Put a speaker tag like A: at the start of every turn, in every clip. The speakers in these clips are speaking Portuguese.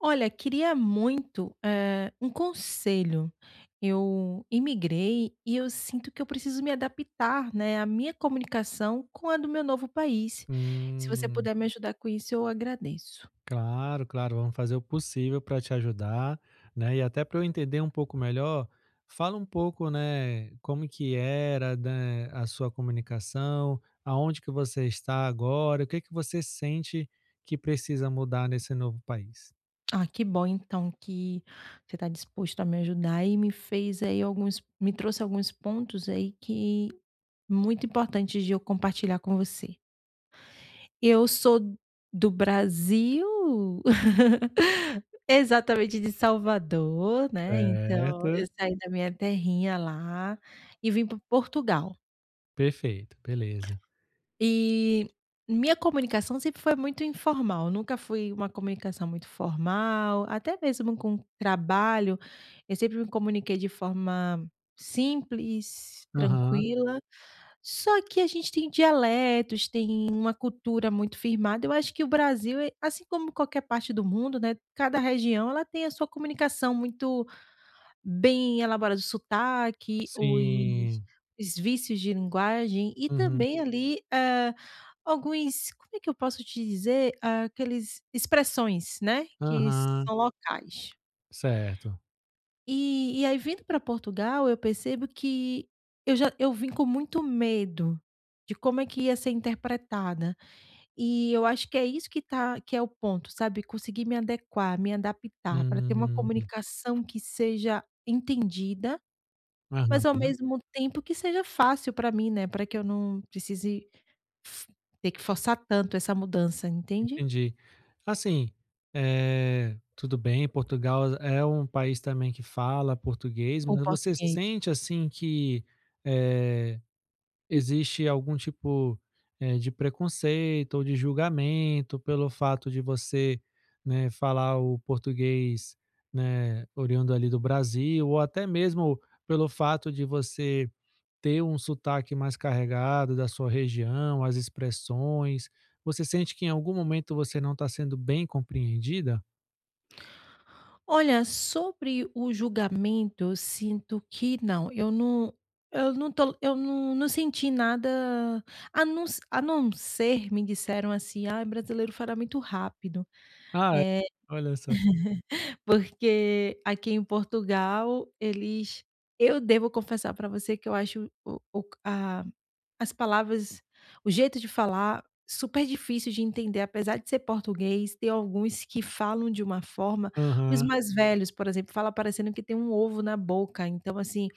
A: Olha, queria muito, um conselho. Eu imigrei e eu sinto que eu preciso me adaptar, né, à minha comunicação com a do meu novo país. Se você
B: Hum,
A: puder me ajudar com isso, eu agradeço.
B: Claro, claro, vamos fazer o possível para te ajudar, né? E até para eu entender um pouco melhor, fala um pouco, né, como que era, né, a sua comunicação, aonde que você está agora, o que que você sente que precisa mudar nesse novo país?
A: Ah, que bom então que você está disposto a me ajudar e me fez aí alguns me trouxe alguns pontos aí que muito importantes de eu compartilhar com você. Eu sou do Brasil, exatamente de Salvador, né, então eu
B: Certo.
A: saí da minha terrinha lá e vim para Portugal.
B: Perfeito, beleza.
A: E minha comunicação sempre foi muito informal, nunca fui uma comunicação muito formal, até mesmo com trabalho, eu sempre me comuniquei de forma simples,
B: Aham,
A: tranquila. Só que a gente tem dialetos, tem uma cultura muito firmada. Eu acho que o Brasil, assim como qualquer parte do mundo, né, cada região ela tem a sua comunicação muito bem elaborada, o sotaque, os
B: sim.
A: os vícios de linguagem e
B: Uhum,
A: também ali, alguns como é que eu posso te dizer? Aqueles expressões, né, que
B: aham,
A: são locais.
B: certo.
A: E aí vindo para Portugal, eu percebo que eu vim com muito medo de como é que ia ser interpretada. E eu acho que é isso que é o ponto, sabe, conseguir me adequar, me adaptar para ter uma Uhum.
B: Hum,
A: comunicação que seja entendida, mas ao
B: aham.
A: mesmo tempo que seja fácil para mim, né, para que eu não precise f ter que forçar tanto essa mudança, entende?
B: Entendi. Assim, tudo bem, Portugal é um país também que fala português,
A: Com o
B: mas você
A: português.
B: sente, assim, que, eh, existe algum tipo, de preconceito ou de julgamento pelo fato de você, né, falar o português, né, oriundo ali do Brasil, ou até mesmo pelo fato de você ter um sotaque mais carregado da sua região, as expressões? Você sente que em algum momento você não está sendo bem compreendida?
A: Olha, sobre o julgamento, eu sinto que não, eu não senti nada, a não ser me disseram assim: "Ai, brasileiro fala muito rápido".
B: Ah, é?
A: É,
B: Olha só.
A: porque aqui em Portugal, eles eu devo confessar para você que eu acho o as palavras, o jeito de falar, super difícil de entender, apesar de ser português, tem alguns que falam de uma forma os
B: Aham.
A: mais velhos, por exemplo, fala parecendo que tem um ovo na boca, então assim,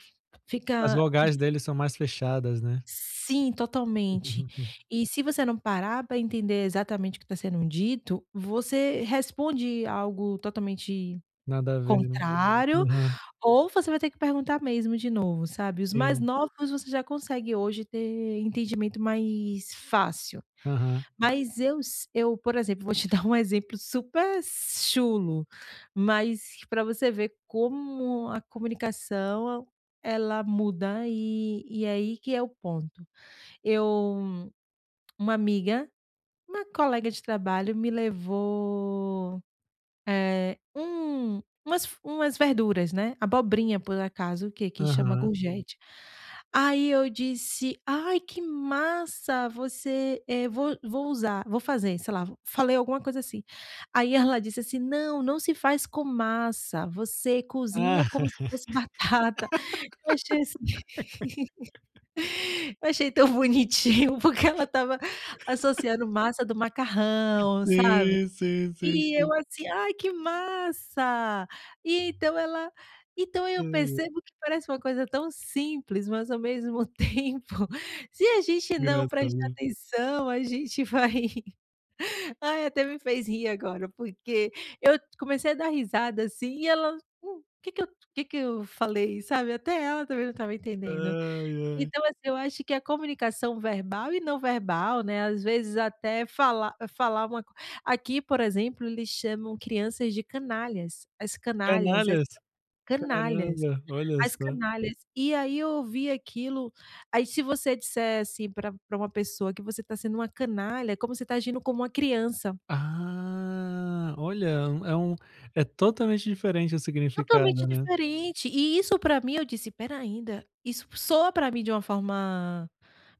B: As
A: fica
B: vogais
A: di
B: deles são mais fechadas, né.
A: sim, totalmente. E se você não parar pra entender exatamente o que está sendo dito, você responde algo totalmente
B: Nada a ver, né.
A: contrário
B: Aham,
A: ou você vai ter que perguntar mesmo de novo, sabe. Os mais
B: sim.
A: novos você já consegue hoje ter entendimento mais fácil.
B: Aham,
A: Eu, por exemplo, vou te dar um exemplo super chulo, mas para você ver como a comunicação ela muda e é aí que é o ponto. Eu uma amiga, uma colega de trabalho me levou umas verduras, né, abobrinha, por acaso, que aqui chama
B: aham.
A: courgette. Aí eu disse: "Ai, que massa, você, eh, vou usar, vou fazer", sei lá, falei alguma coisa assim. Aí ela disse assim: "Não, não se faz com massa, você cozinha
B: Ah,
A: como se fosse batata". Eu achei assim eu achei tão bonitinho, porque ela estava associando massa do macarrão, sabe.
B: sim, sim, sim.
A: E eu assim: "Ai, que massa!". E então ela então eu
B: Ai, ai,
A: percebo que parece uma coisa tão simples, mas ao mesmo tempo, se a gente não prestar
B: engraçado.
A: atenção, a gente vai ai, até me fez rir agora, porque eu comecei a dar risada, assim, e ela: "Hum, que que eu que que eu falei?", sabe, até ela também não estava entendendo.
B: Ai, ai.
A: Então, assim, eu acho que a comunicação verbal e não verbal, né, às vezes até falar uma co aqui, por exemplo, eles chamam crianças de canalhas, as canalhas, as
B: Canalhas?
A: canalhas,
B: Caramba, olha
A: as
B: só.
A: canalhas. E aí eu ouvi aquilo, aí se você disser, assim, para pra uma pessoa que você está sendo uma canalha, é como você está agindo como uma criança.
B: Ah, olha, é um é totalmente diferente o significado.
A: Totalmente diferente. E isso pra mim eu disse: "Pera ainda", isso soa pra mim de uma forma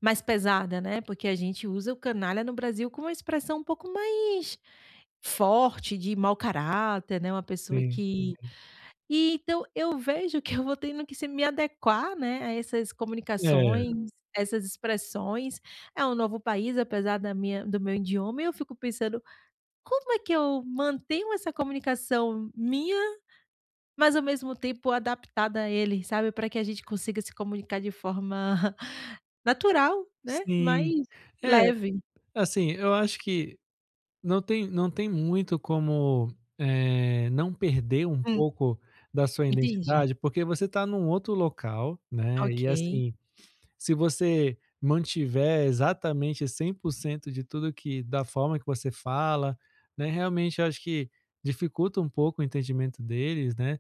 A: mais pesada, né, porque a gente usa o canalha no Brasil com uma expressão um pouco mais forte, de mau caráter, né, uma pessoa
B: Sim.
A: que e então eu vejo que eu vou tendo que se me adequar, né, a essas
B: É,
A: comunicações, essas expressões. É um novo país, apesar da minha do meu idioma, e eu fico pensando: "Como é que eu mantenho essa comunicação minha, mas ao mesmo tempo adaptada a ele, sabe, para que a gente consiga se comunicar de forma natural, né, mas
B: sim. É,
A: leve.
B: assim, eu acho que não tem muito como, não perder um
A: Hum,
B: pouco da sua
A: entendi.
B: identidade, porque você está num outro local, né,
A: Ok.
B: e assim, se você mantiver exatamente 100% de tudo que da forma que você fala, né, realmente eu acho que dificulta um pouco o entendimento deles, né.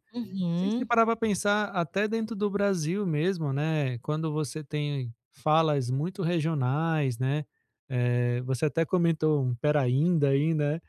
B: Se você
A: Uhum.
B: parar pra pensar, até dentro do Brasil mesmo, né, quando você tem falas muito regionais, né, você até comentou um "peraínda" aí, né,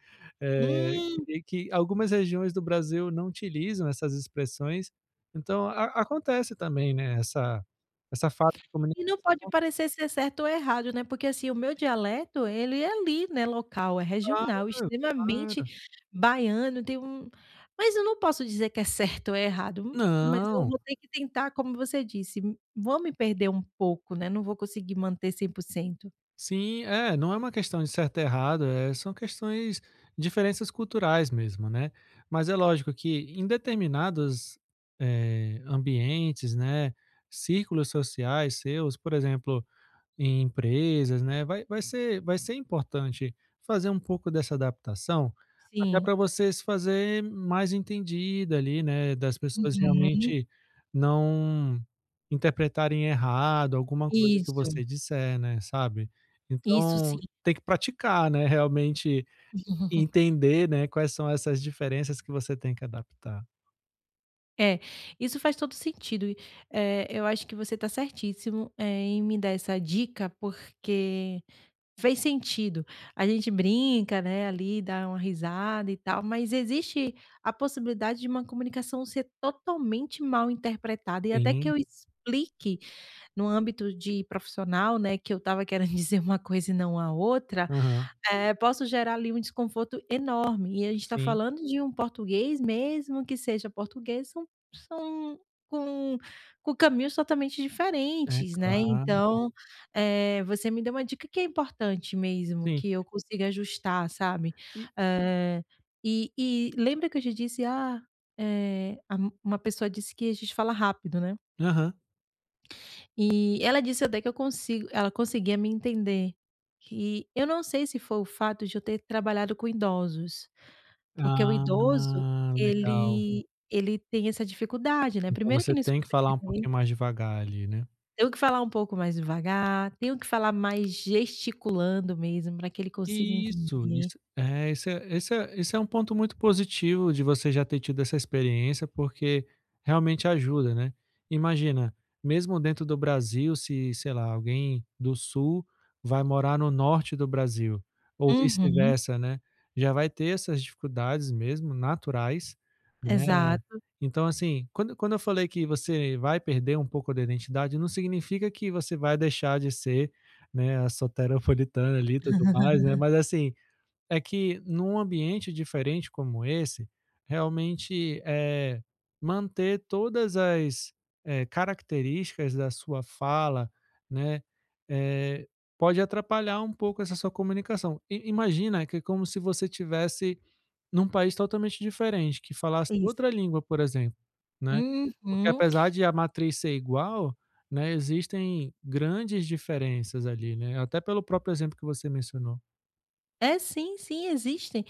B: eh,
A: Hum.
B: e que algumas regiões do Brasil não utilizam essas expressões, então a acontece também, né, essa falta de
A: E
B: comunicação.
A: não pode parecer ser certo ou errado, né, porque assim, o meu dialeto ele é ali, né, local, é regional, extremamente
B: Claro.
A: baiano, tem um mas eu não posso dizer que é certo ou errado, mas eu
B: Não.
A: vou ter que tentar, como você disse, vou me perder um pouco, né, não vou conseguir manter 100%.
B: Sim, é, não é uma questão de certo e errado, são questões diferenças culturais mesmo, né. Mas é lógico que em determinados, ambientes, né, círculos sociais seus, por exemplo, em empresas, né, vai ser importante fazer um pouco dessa adaptação, até
A: Sim.
B: para você se fazer mais entendida ali, né, das pessoas
A: Uhum.
B: realmente não interpretarem errado alguma coisa que
A: Isso,
B: você disser, né, sabe.
A: isso sim.
B: Então tem que praticar, né, realmente e entender, né, quais são essas diferenças que você tem que adaptar.
A: É, isso faz todo sentido e, eu acho que você está certíssimo, em me dar essa dica, porque fez sentido. A gente brinca, né, ali, dá uma risada e tal, mas existe a possibilidade de uma comunicação ser totalmente mal interpretada e até que
B: Sim,
A: eu explique no âmbito de profissional, né, que eu estava querendo dizer uma coisa e não a outra.
B: aham,
A: É, posso gerar ali um desconforto enorme. E a gente está
B: sim,
A: falando de um português, mesmo que seja português, são são com com caminhos totalmente
B: é
A: diferentes, né.
B: claro,
A: Então, você me deu uma dica que é importante mesmo,
B: sim.
A: que eu consiga ajustar, sabe.
B: E
A: Eh, e lembra que eu te disse: "Ah, eh, a uma pessoa disse que a gente fala rápido, né".
B: aham.
A: E ela disse até que eu consigo ela conseguia me entender. E eu não sei se foi o fato de eu ter trabalhado com idosos, porque o idoso
B: Ah, legal.
A: ele tem essa dificuldade, né,
B: Então
A: primeiro que
B: você
A: não
B: tem
A: escuta
B: que falar um
A: direito,
B: pouquinho mais devagar ali, né.
A: tenho que falar um pouco mais devagar, tenho que falar mais gesticulando mesmo para que ele consiga
B: Isso,
A: entender.
B: isso. É, esse é um ponto muito positivo de você já ter tido essa experiência, porque realmente ajuda, né. Imagina, mesmo dentro do Brasil, se, sei lá, alguém do sul vai morar no norte do Brasil, ou
A: Uhum,
B: vice-versa, né, já vai ter essas dificuldades mesmo naturais, né,
A: exato.
B: então, assim, quando eu falei que você vai perder um pouco da identidade, não significa que você vai deixar de ser, né, a soteropolitana ali e tudo mais, né, mas assim, é que num ambiente diferente como esse, realmente, é manter todas as, características da sua fala, né, eh, pode atrapalhar um pouco essa sua comunicação. I imagina que é como se você tivesse num país totalmente diferente, que falasse
A: Isso.
B: outra língua, por exemplo, né. Porque
A: Uhum.
B: apesar de a matriz ser igual, né, existem grandes diferenças ali, né, até pelo próprio exemplo que você mencionou.
A: É sim, sim, existem.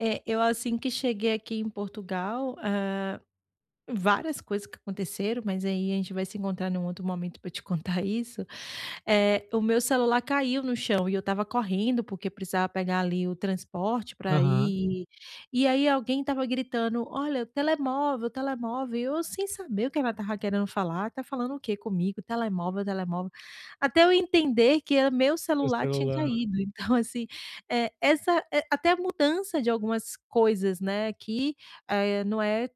A: Eu assim que cheguei aqui em Portugal várias coisas que aconteceram, mas aí a gente vai se encontrar num outro momento para te contar isso. O meu celular caiu no chão e eu estava correndo, porque precisava pegar ali o transporte para
B: Aham.
A: ir e aí alguém estava gritando: "Olha, telemóvel, telemóvel", e eu sem saber o que ela estava querendo falar, "tá falando o quê comigo? Telemóvel, telemóvel", até eu entender que era meu
B: Seu
A: celular tinha
B: celular,
A: caído. Então assim, até a mudança de algumas coisas, né, que, não é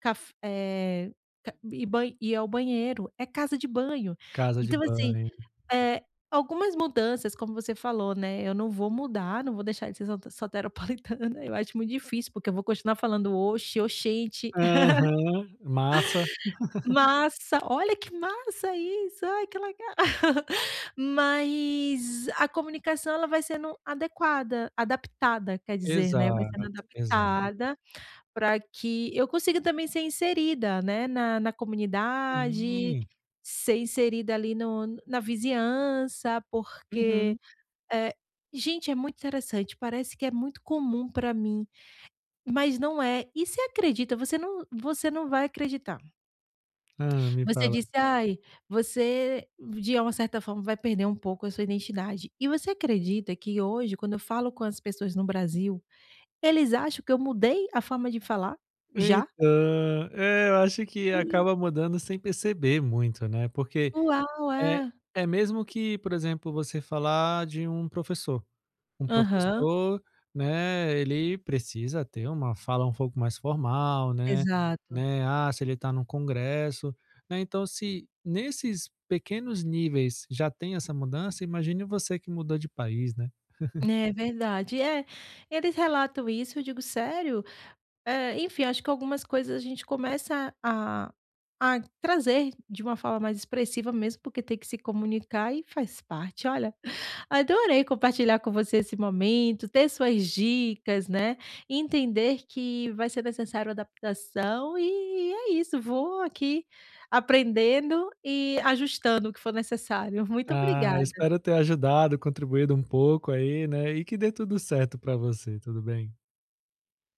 A: Caf eh, ca e ban ir ao banheiro, é casa de banho.
B: casa de
A: Então assim,
B: banho.
A: eh, algumas mudanças, como você falou, né, eu não vou mudar, não vou deixar de ser soteropolitana, eu acho muito difícil, porque eu vou continuar falando: "Oxe, oxente,
B: Aham. Massa.
A: massa, olha que massa isso, ai que legal". Mas a comunicação ela vai sendo adequada, adaptada, quer dizer, né, vai sendo
B: Exato, exato.
A: adaptada para que eu consiga também ser inserida, né, na comunidade,
B: Sim.
A: ser inserida ali no na vizinhança, porque,
B: Uhum.
A: eh, gente, é muito interessante, parece que é muito comum para mim, mas não é. E se acredita, você não vai acreditar.
B: Hã, me
A: Você
B: fala.
A: disse: "Ai, você de uma certa forma vai perder um pouco a sua identidade". E você acredita que hoje, quando eu falo com as pessoas no Brasil, eles acham que eu mudei a forma de falar? Já?
B: Então, é, eu acho que acaba mudando sem perceber muito, né, porque
A: Uau,
B: É
A: é.
B: é mesmo que, por exemplo, você falar de um professor. Um
A: Aham.
B: professor, né, ele precisa ter uma fala um pouco mais formal, né,
A: Exato.
B: né, ah, se ele está num congresso, né, então se nesses pequenos níveis já tem essa mudança, imagine você que mudou de país, né.
A: É verdade. É, eles relatam isso, eu digo: "Sério?". Enfim, acho que algumas coisas a gente começa a trazer de uma forma mais expressiva mesmo, porque tem que se comunicar e faz parte. Olha, adorei compartilhar com você esse momento, ter suas dicas, né, entender que vai ser necessário adaptação e é isso, vou aqui aprendendo e ajustando o que for necessário. Muito
B: Ah,
A: obrigada.
B: espero ter ajudado, contribuído um pouco aí, né, e que dê tudo certo para você, tudo bem?